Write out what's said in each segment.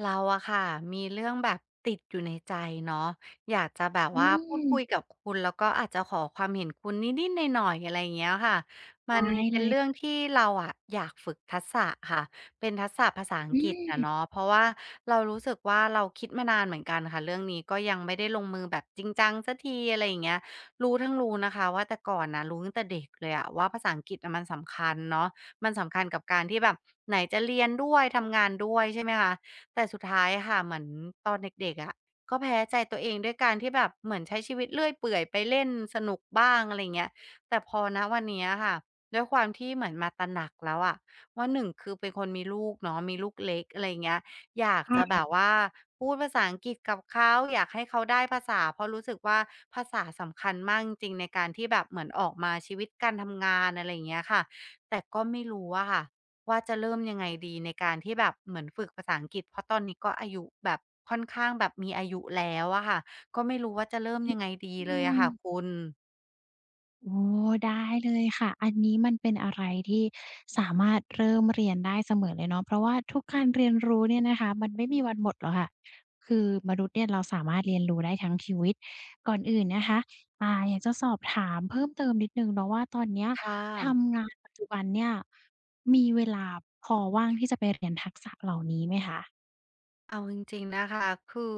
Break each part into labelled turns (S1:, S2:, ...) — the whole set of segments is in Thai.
S1: เราอะค่ะมีเรื่องแบบติดอยู่ในใจเนาะอยากจะแบบ
S2: อื
S1: ว่าพูดคุย
S2: ม
S1: กับคุณแล้วก็อาจจะขอความเห็นคุณนิดๆหน่อยๆอะไรอย่างเงี้ยค่ะมัน
S2: ได้
S1: เป็
S2: เล
S1: นเรื่อง
S2: ย
S1: ที่เราอะอยากฝึกทักษะค่ะเป็นทักษะภาษาอังกฤษอะ
S2: อืม
S1: เนาะเพราะว่าเรารู้สึกว่าเราคิดมานานเหมือนกันค่ะเรื่องนี้ก็ยังไม่ได้ลงมือแบบจริงจังสักทีอะไรอย่างเงี้ยรู้ทั้งรู้นะคะว่าแต่ก่อนน่ะรู้ตั้งแต่เด็กเลยอะว่าภาษาอังกฤษอะมันสำคัญเนาะมันสำคัญกับการที่แบบไหนจะเรียนด้วยทำงานด้วยใช่ไหมคะ แต่สุดท้ายอะค่ะเหมือนตอนเด็กๆอะก็แพ้ใจตัวเองด้วยการที่แบบเหมือนใช้ชีวิตเลื่อยเปื่อยไปเล่นสนุกบ้างอะไรอย่างเงี้ยแต่พอณวันเนี้ยค่ะด้วยความที่เหมือนมาตระหนักแล้วอะว่าหนึ่งคือเป็นคนมีลูกเนาะมีลูกเล็กอะไรอย่างเงี้ยอยาก
S2: ค่
S1: จะแบ
S2: ะ
S1: บว่าพูดภาษาอังกฤษกับเขาอยากให้เขาได้ภาษาเพราะรู้สึกว่าภาษาสำคัญมากจริงๆในการที่แบบเหมือนออกมาชีวิตการทำงานอะไรอย่างเงี้ยค่ะแต่ก็ไม่รู้อะค่ะ ว่าจะเริ่มยังไงดีในการที่แบบเหมือนฝึกภาษาอังกฤษเพราะตอนนี้ก็อายุแบบค่อนข้างแบบมีอายุแล้วอะค่ะก็ไม่รู้ว่าจะเริ่มยังไงดี
S2: อื
S1: เลยอะค่ะ
S2: ม
S1: คุณ
S2: โอ้ได้เลยค่ะอันนี้มันเป็นอะไรที่สามารถเริ่มเรียนได้เสมอเลยเนาะเพราะว่าทุกการเรียนรู้เนี่ยนะคะมันไม่มีวันหมดหรอกค่ะคือมนุษย์เนี่ยเราสามารถเรียนรู้ได้ทั้งชีวิตก่อนอื่นนะคะอยากจะสอบถามเพิ่มเติมนิดหนึ่งเนาะว่าตอนเนี้ย
S1: ค่ะ
S2: ทำงานปัจจุบันเนี่ยมีเวลาพอว่างที่จะไปเรียนทักษะเหล่านี้ไหมคะ
S1: เอาจริงๆนะคะคือ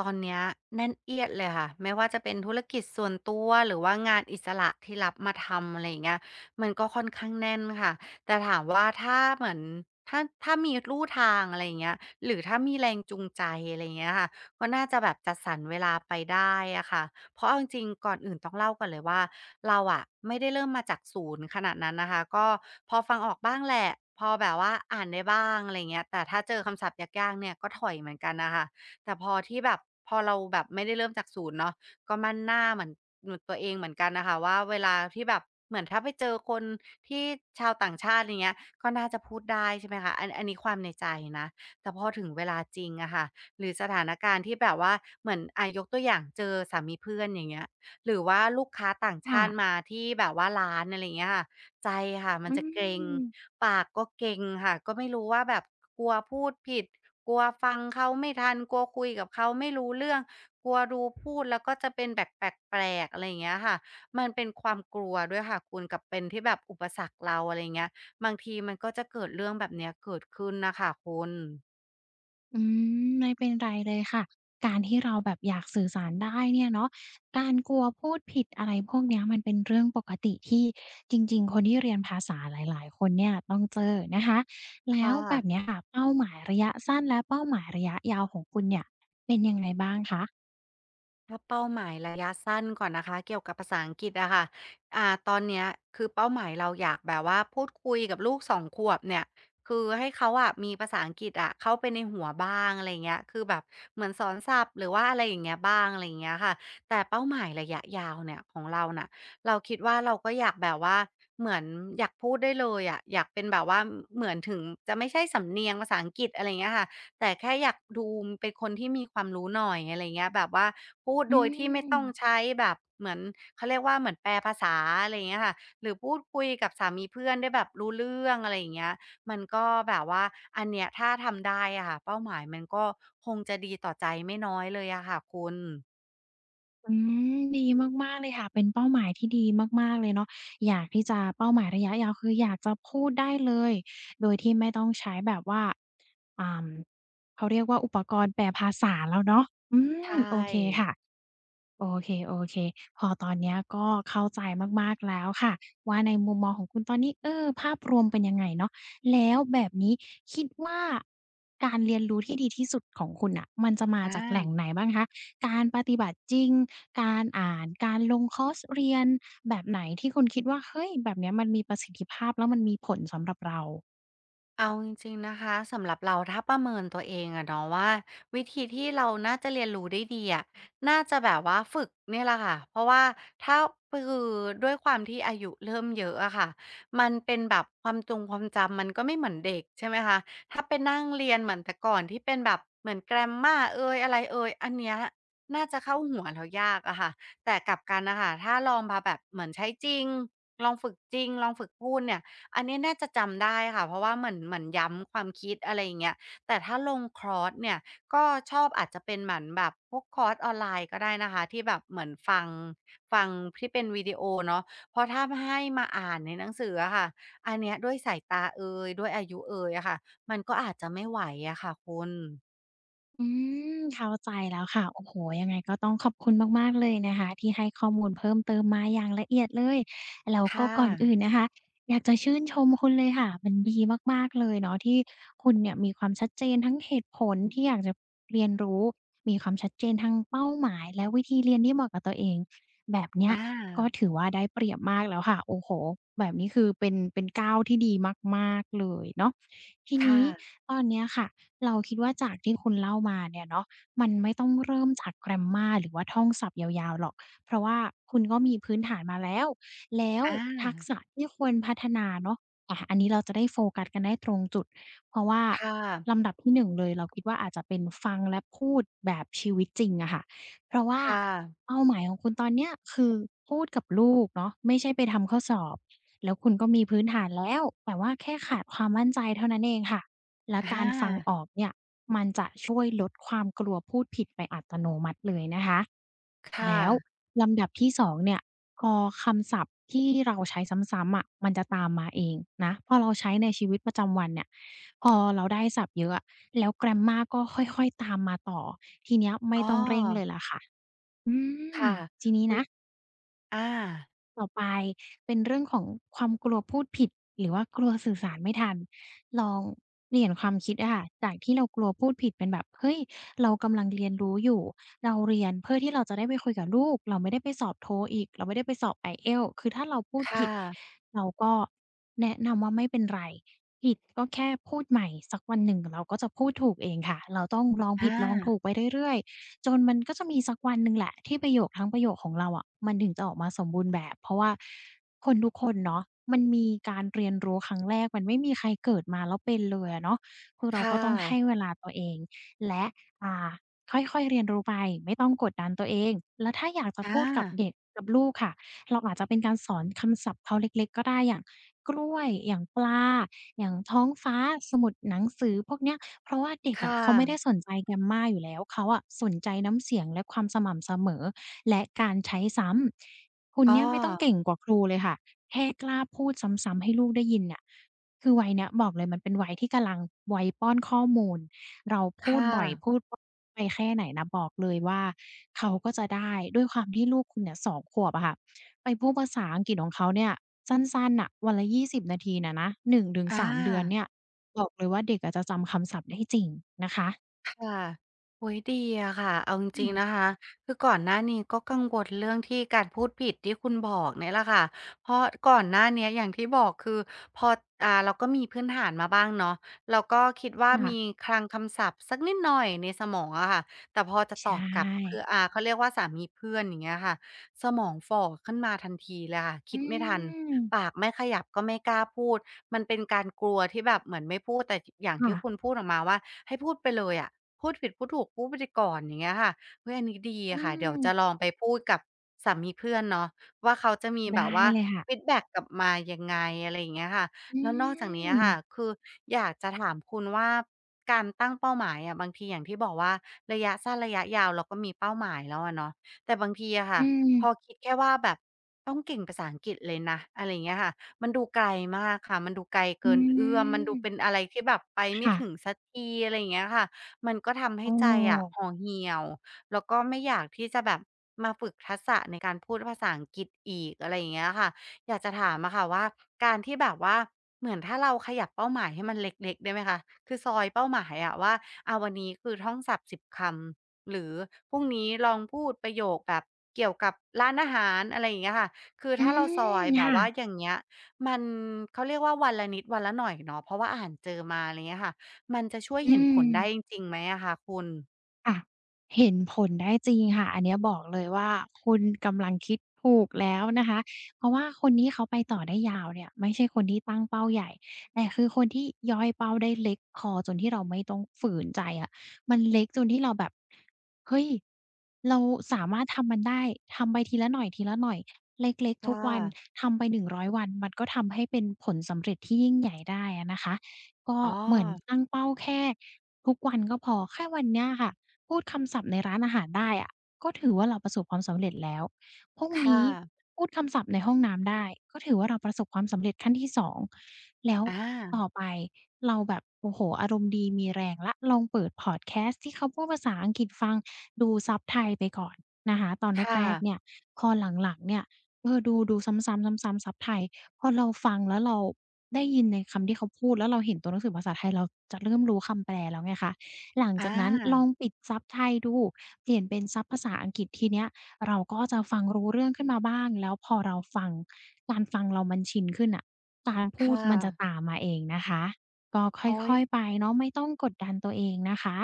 S1: ตอนเนี้ยแน่นเอียดเลยค่ะไม่ว่าจะเป็นธุรกิจส่วนตัวหรือว่างานอิสระที่รับมาทำอะไรอย่างเงี้ยมันก็ค่อนข้างแน่นค่ะแต่ถามว่าถ้าเหมือนถ้ามีลู่ทางอะไรอย่างเงี้ยหรือถ้ามีแรงจูงใจอะไรอย่างเงี้ยค่ะก็น่าจะแบบจัดสรรเวลาไปได้อะค่ะ เพราะเอาจริงๆก่อนอื่นต้องเล่าก่อนเลยว่าเราอะไม่ได้เริ่มมาจากศูนย์ขนาดนั้นนะคะก็พอฟังออกบ้างแหละพอแบบว่าอ่านได้บ้างอะไรเงี้ยแต่ถ้าเจอคำศัพท์ยากๆเนี่ยก็ถอยเหมือนกันนะคะแต่พอที่แบบพอเราแบบไม่ได้เริ่มจากศูนย์เนาะก็มั่นหน้าเหมือนหนตัวเองเหมือนกันนะคะว่าเวลาที่แบบเหมือนถ้าไปเจอคนที่ชาวต่างชาติอย่างเงี้ยก็น่าจะพูดได้ใช่ไหมคะอันนี้ความในใจนะแต่พอถึงเวลาจริงอะค่ะ หรือสถานการณ์ที่แบบว่าเหมือนยกตัวอย่างเจอสามีเพื่อนอย่างเงี้ยหรือว่าลูกค้าต่าง
S2: ค่ะ
S1: ชาติมาที่แบบว่าร้านอะไรอย่างเงี้ยค่ะใจค่ะมัน
S2: อื
S1: จะเกร็ง
S2: ม
S1: ปากก็เกร็งค่ะก็ไม่รู้ว่าแบบกลัวพูดผิดกลัวฟังเขาไม่ทันกลัวคุยกับเขาไม่รู้เรื่องกลัวดูพูดแล้วก็จะเป็นแบบแปลกๆอะไรอย่างเงี้ยค่ะมันเป็นความกลัวด้วยค่ะคุณกับเป็นที่แบบอุปสรรคเราอะไรอย่างเงี้ยบางทีมันก็จะเกิดเรื่องแบบเนี้ยเกิดขึ้นน่ะค่ะคุณ
S2: อืไม่เป็นไรเลยค่ะการที่เราแบบอยากสื่อสารได้เนี่ยเนาะการกลัวพูดผิดอะไรพวกเนี้ยมันเป็นเรื่องปกติที่จริงๆคนที่เรียนภาษาหลายๆคนเนี่ยต้องเจอนะคะแล้ว
S1: ค่ะ
S2: แบบเนี้ยค่ะเป้าหมายระยะสั้นและเป้าหมายระยะยาวของคุณเนี่ยเป็นยังไงบ้างคะ
S1: ถ้าเป้าหมายระยะสั้นก่อนนะคะเกี่ยวกับภาษาอังกฤษอะค่ะตอนเนี้ยคือเป้าหมายเราอยากแบบว่าพูดคุยกับลูก2ขวบเนี่ยคือให้เขาอะมีภาษาอังกฤษอะเข้าไปในหัวบ้างอะไรเงี้ยคือแบบเหมือนสอนศัพท์หรือว่าอะไรอย่างเงี้ยบ้างอะไรเงี้ยค่ะแต่เป้าหมายระยะยาวเนี่ยของเราน่ะเราคิดว่าเราก็อยากแบบว่าเหมือนอยากพูดได้เลยอะอยากเป็นแบบว่าเหมือนถึงจะไม่ใช่สำเนียงภาษาอังกฤษอะไรเงี้ยค่ะแต่แค่อยากดูเป็นคนที่มีความรู้หน่อยอะไรเงี้ยแบบว่า พูด
S2: อื
S1: โดยที่ไม่
S2: ม
S1: ต้องใช้แบบเหมือนเขาเรียกว่าเหมือนแปลภาษาอะไรอย่างเงี้ยค่ะหรือพูดคุยกับสามีเพื่อนได้แบบรู้เรื่องอะไรอย่างเงี้ยมันก็แบบว่าอันเนี้ยถ้าทำได้อะค่ะเป้าหมายมันก็คงจะดีต่อใจไม่น้อยเลยอะค่ะคุณ
S2: อืดีมากๆเลยค่ะเป็นเป้าหมายที่ดีมากๆเลยเนาะอยากที่จะเป้าหมายระยะยาวคืออยากจะพูดได้เลยโดยที่ไม่ต้องใช้แบบว่าอ่าเขาเรียกว่าอุปกรณ์แปลภาษาแล้วเนาะอื
S1: ใช่
S2: โอเคค่ะ โอเคโอเค พอตอนเนี้ยก็เข้าใจมากๆแล้วค่ะว่าในมุมมองของคุณตอนนี้เออภาพรวมเป็นยังไงเนาะแล้วแบบนี้คิดว่าการเรียนรู้ที่ดีที่สุดของคุณน่ะมันจะมา
S1: อ
S2: จากแหล่งไหน
S1: า
S2: บ้างคะการปฏิบัติจริงการอ่านการลงคอร์สเรียนแบบไหนที่คุณคิดว่าเฮ้ยแบบเนี้ยมันมีประสิทธิภาพแล้วมันมีผลสำหรับเรา
S1: เอาจริงๆนะคะสำหรับเราถ้าประเมินตัวเองอะเนาะว่าวิธีที่เราน่าจะเรียนรู้ได้ดีอะน่าจะแบบว่าฝึกเนี่ยแหละค่ะเพราะว่าถ้าคือด้วยความที่อายุเริ่มเยอะอะค่ะมันเป็นแบบความจำมันก็ไม่เหมือนเด็กใช่ไหมคะถ้าไปนั่งเรียนเหมือนแต่ก่อนที่เป็นแบบเหมือนแกรมมาเอยอะไรเอยอันเนี้ยน่าจะเข้าหัวเรายากอะค่ะแต่กลับกันนะคะถ้าลองมาแบบเหมือนใช้จริงลองฝึกจริงลองฝึกพูดเนี่ย อันนี้น่าจะจำได้ค่ะเพราะว่าเหมือนย้ำความคิดอะไรอย่างเงี้ยแต่ถ้าลงคอร์สเนี่ยก็ชอบอาจจะเป็นเหมือนแบบพวกคอร์สออนไลน์ก็ได้นะคะที่แบบเหมือนฟังที่เป็นวิดีโอเนาะเพราะถ้าให้มาอ่านในหนังสืออะค่ะอันเนี้ยด้วยสายตาเอยด้วยอายุเอยอะค่ะมันก็อาจจะไม่ไหวอะค่ะคุณ
S2: อืมเข้าใจแล้วค่ะโอ้โฮยังไงก็ต้องขอบคุณมากๆเลยนะคะที่ให้ข้อมูลเพิ่มเติมมาอย่างละเอียดเลยแล้วก็
S1: ค่ะ
S2: ก่อนอื่นนะคะอยากจะชื่นชมคุณเลยค่ะมันดีมากๆเลยเนาะที่คุณเนี่ยมีความชัดเจนทั้งเหตุผลที่อยากจะเรียนรู้มีความชัดเจนทั้งเป้าหมายและวิธีเรียนที่เหมาะกับตัวเองแบบเนี้ย
S1: อา
S2: ก็ถือว่าได้เปรียบมากแล้วค่ะโอ้โฮแบบนี้คือเป็นก้าวที่ดีมากๆเลยเนาะทีนี้
S1: ค่ะ
S2: ตอนเนี้ยค่ะ เราคิดว่าจากที่คุณเล่ามาเนี่ยเนาะมันไม่ต้องเริ่มจาก grammar หรือว่าท่องศัพท์ยาวๆหรอกเพราะว่าคุณก็มีพื้นฐานมาแล้วแล้ว
S1: อา
S2: ทักษะที่ควรพัฒนาเนาะอันนี้เราจะได้โฟกัสกันได้ตรงจุดเพราะว่า
S1: ค่ะ
S2: ลำดับที่หนึ่งเลยเราคิดว่าอาจจะเป็นฟังและพูดแบบชีวิตจริงอะค่ะเพราะว่า
S1: ค่ะ
S2: เป้าหมายของคุณตอนเนี้ยคือพูดกับลูกเนาะไม่ใช่ไปทำข้อสอบแล้วคุณก็มีพื้นฐานแล้วแต่ว่าแค่ขาดความมั่นใจเท่านั้นเองค่ะ และ
S1: อ
S2: การฟังอ
S1: า
S2: อกเนี่ยมันจะช่วยลดความกลัวพูดผิดไปอัตโนมัติเลยนะคะ
S1: ค
S2: แล้ว
S1: ่ะ
S2: ลำดับที่2เนี่ยพอคำศัพท์ที่เราใช้ซ้ำๆอะมันจะตามมาเองนะพอเราใช้ในชีวิตประจำวันเนี่ยพอเราได้ศัพท์เยอะอะแล้ว grammar ก็ค่อยๆตามมาต่อทีเนี้ยไม่
S1: อ้อ
S2: ต้องเร่งเลยล่ะค่ะอืม
S1: ค่ะ
S2: ทีนี้
S1: อุ๊ย
S2: นะ
S1: อา
S2: ต่อไปเป็นเรื่องของความกลัวพูดผิดหรือว่ากลัวสื่อสารไม่ทันลองเปลี่ยนความคิดอะค่ะจากที่เรากลัวพูดผิดเป็นแบบเฮ้ยเรากำลังเรียนรู้อยู่เราเรียนเพื่อที่เราจะได้ไปคุยกับลูกเราไม่ได้ไปสอบ TOEIC อีกเราไม่ได้ไปสอบ IELTS" คือถ้าเราพูด
S1: ค่ะ
S2: ผิดเราก็แนะนำว่าไม่เป็นไรผิดก็แค่พูดใหม่สักวันหนึ่งเราก็จะพูดถูกเองค่ะเราต้องลองผิดลอง
S1: อา
S2: ถูกไปเรื่อยๆ จนมันก็จะมีสักวันหนึ่งแหละที่ประโยคทั้งประโยคของเราอะมันถึงจะออกมาสมบูรณ์แบบเพราะว่าคนทุกคนเนาะมันมีการเรียนรู้ครั้งแรกมันไม่มีใครเกิดมาแล้วเป็นเลยอะเนาะคือเรา
S1: ค่ะ
S2: ก็ต้องให้เวลาตัวเองและอ่าค่อยๆเรียนรู้ไปไม่ต้องกดดันตัวเองแล้วถ้าอยากจะ
S1: อา
S2: พูดกับเด็กกับลูกค่ะเราอาจจะเป็นการสอนคำศัพท์เขาเล็กๆก็ได้อย่างกล้วยอย่างปลาอย่างท้องฟ้าสมุดหนังสือพวกเนี้ย เพราะว่าเด็ก
S1: ค่
S2: อะเขาไม่ได้
S1: ะ
S2: สนใจ grammar อยู่แล้วเขาอะสนใจน้ำเสียงและความสม่ำเสมอและการใช้ซ้ำคุณ
S1: อ้อ
S2: เนี่ยไม่ต้องเก่งกว่าครูเลยค่ะแค่กล้าพูดซ้ำๆให้ลูกได้ยินเนี่ยคือวัยเนี้ยบอกเลยมันเป็นวัยที่กำลังวัยป้อนข้อมูลเราพูด
S1: ค่ะ
S2: บ่อยพูดไปแค่ไหนนะบอกเลยว่าเขาก็จะได้ด้วยความที่ลูกคุณเนี่ยสองขวบอะค่ะ ไปพูดภาษาอังกฤษของเขาเนี่ยสั้นๆน่ะวันละ20นาทีน่ะนะหนึ่งถึงสา
S1: อา
S2: 3เดือนเนี่ยบอกเลยว่าเด็กอะจะจำคำศัพท์ได้จริงนะคะ
S1: ค่ะโอ้ยดีอะค่ะเอาจ
S2: อื
S1: ริง
S2: ม
S1: ๆนะคะคือก่อนหน้านี้ก็กังวลเรื่องที่การพูดผิดที่คุณบอกเนี่ยแหละค่ะเพราะก่อนหน้าเนี้ยอย่างที่บอกคือพอเราก็มีพื้นฐานมาบ้างเนาะเราก็คิดว่า
S2: ค่ะ
S1: มีคลังคำศัพท์สักนิดหน่อยในสมองอะค่ะแต่พอจะต
S2: ใช่
S1: อบกลับเพืออ่าเขาเรียกว่าสามีเพื่อนอย่างเงี้ยค่ะสมองฝ่อขึ้นมาทันทีเลยค่ะคิ
S2: อื
S1: ดไม่ทัน
S2: ม
S1: ปากไม่ขยับก็ไม่กล้าพูดมันเป็นการกลัวที่แบบเหมือนไม่พูดแต่อย่าง
S2: ค่ะ
S1: ที่คุณพูดออกมาว่าให้พูดไปเลยอะ พูดผิดพูดถูกพูดไปก่อนอย่างเงี้ยค่ะเฮ้ยอันนี้ดี
S2: อื
S1: อะค่ะเดี๋ยวจะลอ
S2: ม
S1: งไปพูดกับสามีเพื่อนเนาะว่าเขาจะมีแบ
S2: ได้
S1: บว่า
S2: เลยค่ะ
S1: ฟีดแบ็กกลับมายังไงอะไรอย่างเงี้ยค่ะ
S2: อื
S1: แล้วนอกจากนี้อะ
S2: ม
S1: ค่ะคืออยากจะถามคุณว่าการตั้งเป้าหมายอะบางทีอย่างที่บอกว่าระยะสั้นระยะยาวเราก็มีเป้าหมายแล้วอะเนาะแต่บางทีอะค่ะ
S2: อืม
S1: พอคิดแค่ว่าแบบต้องเก่งภาษาอังกฤษเลยนะอะไรอย่างเงี้ยค่ะมันดูไกลมากค่ะมันดูไกล
S2: อื
S1: เกินเอื้อมมันดูเป็น
S2: ม
S1: อะไรที่แบบไปไม่
S2: ค่ะ
S1: ถึงสักทีอะไรอย่างเงี้ยค่ะ มันก็ทำให้
S2: อ้
S1: ใจอะห่
S2: อ
S1: อเหี่ยวแล้วก็ไม่อยากที่จะแบบมาฝึกทักษะในการพูดภาษาอังกฤษอีกอะไรอย่างเงี้ยค่ะอยากจะถามอะค่ะว่าการที่แบบว่าเหมือนถ้าเราขยับเป้าหมายให้มันเล็กๆได้ไหมคะคือซอยเป้าหมายอะว่าอาวันนี้คือท่องศัพท์10 คำหรือพรุ่งนี้ลองพูดประโยคแบบเกี่ยวกับร้านอาหารอะไรอย่างเงี้ยค่ะคือ
S2: อื
S1: ถ้าเราซอ
S2: ม
S1: ยแบบ
S2: ค่ะ
S1: ว่าอย่างเงี้ยมันเขาเรียกว่าวันละนิดวันละหน่อยเนาะเพราะว่าอ่านเจอมาอะไรเงี้ยค่ะ มันจะช่วย
S2: อื
S1: เห็นผ
S2: ม
S1: ลได้จริงๆไหมอะคะคุณ
S2: ค่ะเห็นผลได้จริงค่ะอันเนี้ยบอกเลยว่าคุณกำลังคิดถูกแล้วนะคะเพราะว่าคนที่เขาไปต่อได้ยาวเนี่ยไม่ใช่คนที่ตั้งเป้าใหญ่แต่คือคนที่ย่อยเป้าได้เล็กพอจนที่เราไม่ต้องฝืนใจอะมันเล็กจนที่เราแบบเฮ้ยเราสามารถทำมันได้ทำไปทีละหน่อยทีละหน่อยเล็กๆทุ
S1: ค่ะ
S2: กวันทำไป100วันมันก็ทำให้เป็นผลสำเร็จที่ยิ่งใหญ่ได้อะนะคะก็
S1: อ๋อ
S2: เหมือนตั้งเป้าแค่ทุกวันก็พอแค่วันเนี้ยค่ะ พูดคำศัพท์ในร้านอาหารได้อะก็ถือว่าเราประสบความสำเร็จแล้วพรุ่ง
S1: ค่ะ
S2: นี้พูดคำศัพท์ในห้องน้ำได้ก็ถือว่าเราประสบความสำเร็จขั้นที่สอง แล้ว
S1: อ
S2: ต่
S1: า
S2: อไปเราแบบโอ้โฮอารมณ์ดีมีแรงแล้วลองเปิดพอดแคสต์ที่เขาพูดภาษาอังกฤษฟังดูซับไทยไปก่อนนะคะตอน
S1: ค่ะ
S2: แรกๆเนี่ยพอหลังๆเนี่ยเออดูดูซ้ำๆๆๆซับไทยพอเราฟังแล้วเราได้ยินในคำที่เขาพูดแล้วเราเห็นตัวหนังสือภาษาไทยเราจะเริ่มรู้คำแปลแล้วไงคะ หลังจา
S1: อา
S2: กนั้นลองปิดซับไทยดู เปลี่ยนเป็นซับภาษาอังกฤษทีเนี้ยเราก็จะฟังรู้เรื่องขึ้นมาบ้างแล้วพอเราฟังการฟังเรามันชินขึ้นน่ะการพูด
S1: ค่ะ
S2: มันจะตามมาเองนะคะก็
S1: โอ๊ย
S2: ค่อยๆไปเนาะไม่ต้องกดดันตัวเองนะคะ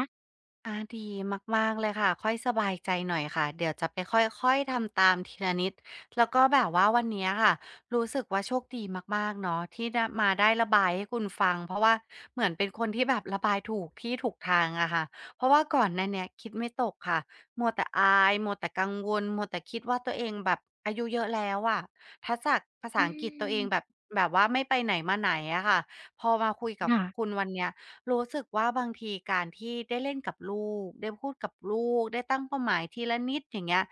S1: อาดีมากๆเลยค่ะค่อยสบายใจหน่อยค่ะเดี๋ยวจะไปค่อยๆทำตามทีละนิดแล้วก็แบบว่าวันเนี้ยค่ะรู้สึกว่าโชคดีมากๆเนาะที่ได้มาได้ระบายให้คุณฟังเพราะว่าเหมือนเป็นคนที่แบบระบายถูกที่ถูกทางอะค่ะเพราะว่าก่อนหน้าเนี้ยคิดไม่ตกค่ะมัวแต่อายมัวแต่กังวลมัวแต่คิดว่าตัวเองแบบอายุเยอะแล้วอะทักษะภาษา
S2: อื
S1: อังกฤษตัว
S2: ม
S1: เองแบบแบบว่าไม่ไปไหนมาไหนอะค่ะพอมาคุยกับ
S2: ค่ะ
S1: คุณวันเนี้ย รู้สึกว่าบางทีการที่ได้เล่นกับลูกได้พูดกับลูกได้ตั้งเป้าหมายทีละนิดอย่างเงี้ย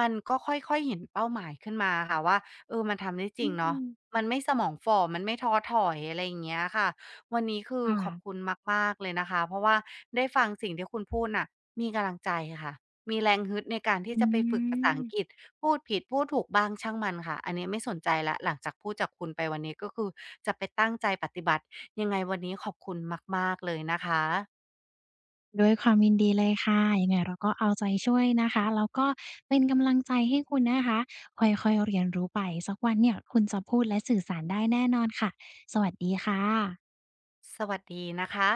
S1: มันก็ค่อยๆเห็นเป้าหมายขึ้นมาค่ะว่าเออมันทำได้จ
S2: อื
S1: ริงเนาะ
S2: ม
S1: มันไม่สมองฝ่อมันไม่ท้อถอยอะไรอย่างเงี้ยค่ะวันนี้คือ
S2: ค่ะ
S1: ขอบคุณมากๆเลยนะคะเพราะว่าได้ฟังสิ่งที่คุณพูดน่ะมีกำลังใจค่ะมีแรงฮึดในการ
S2: อื
S1: ที่จะไปฝึกภาษาอังกฤ
S2: ม
S1: ษพูดผิดพูดถูกบ้างช่างมันค่ะอันนี้ไม่สนใจแล้วหลังจากพูดจากคุณไปวันนี้ก็คือจะไปตั้งใจปฏิบัติ ยังไงวันนี้ขอบคุณมากๆเลยนะคะ
S2: ด้วยความยินดีเลยค่ะยังไงเราก็เอาใจช่วยนะคะแล้วก็เป็นกำลังใจให้คุณนะคะค่อยๆเรียนรู้ไปสักวันเนี่ยคุณจะพูดและสื่อสารได้แน่นอนค่ะสวัสดีค่ะ
S1: สวัสดีนะคะ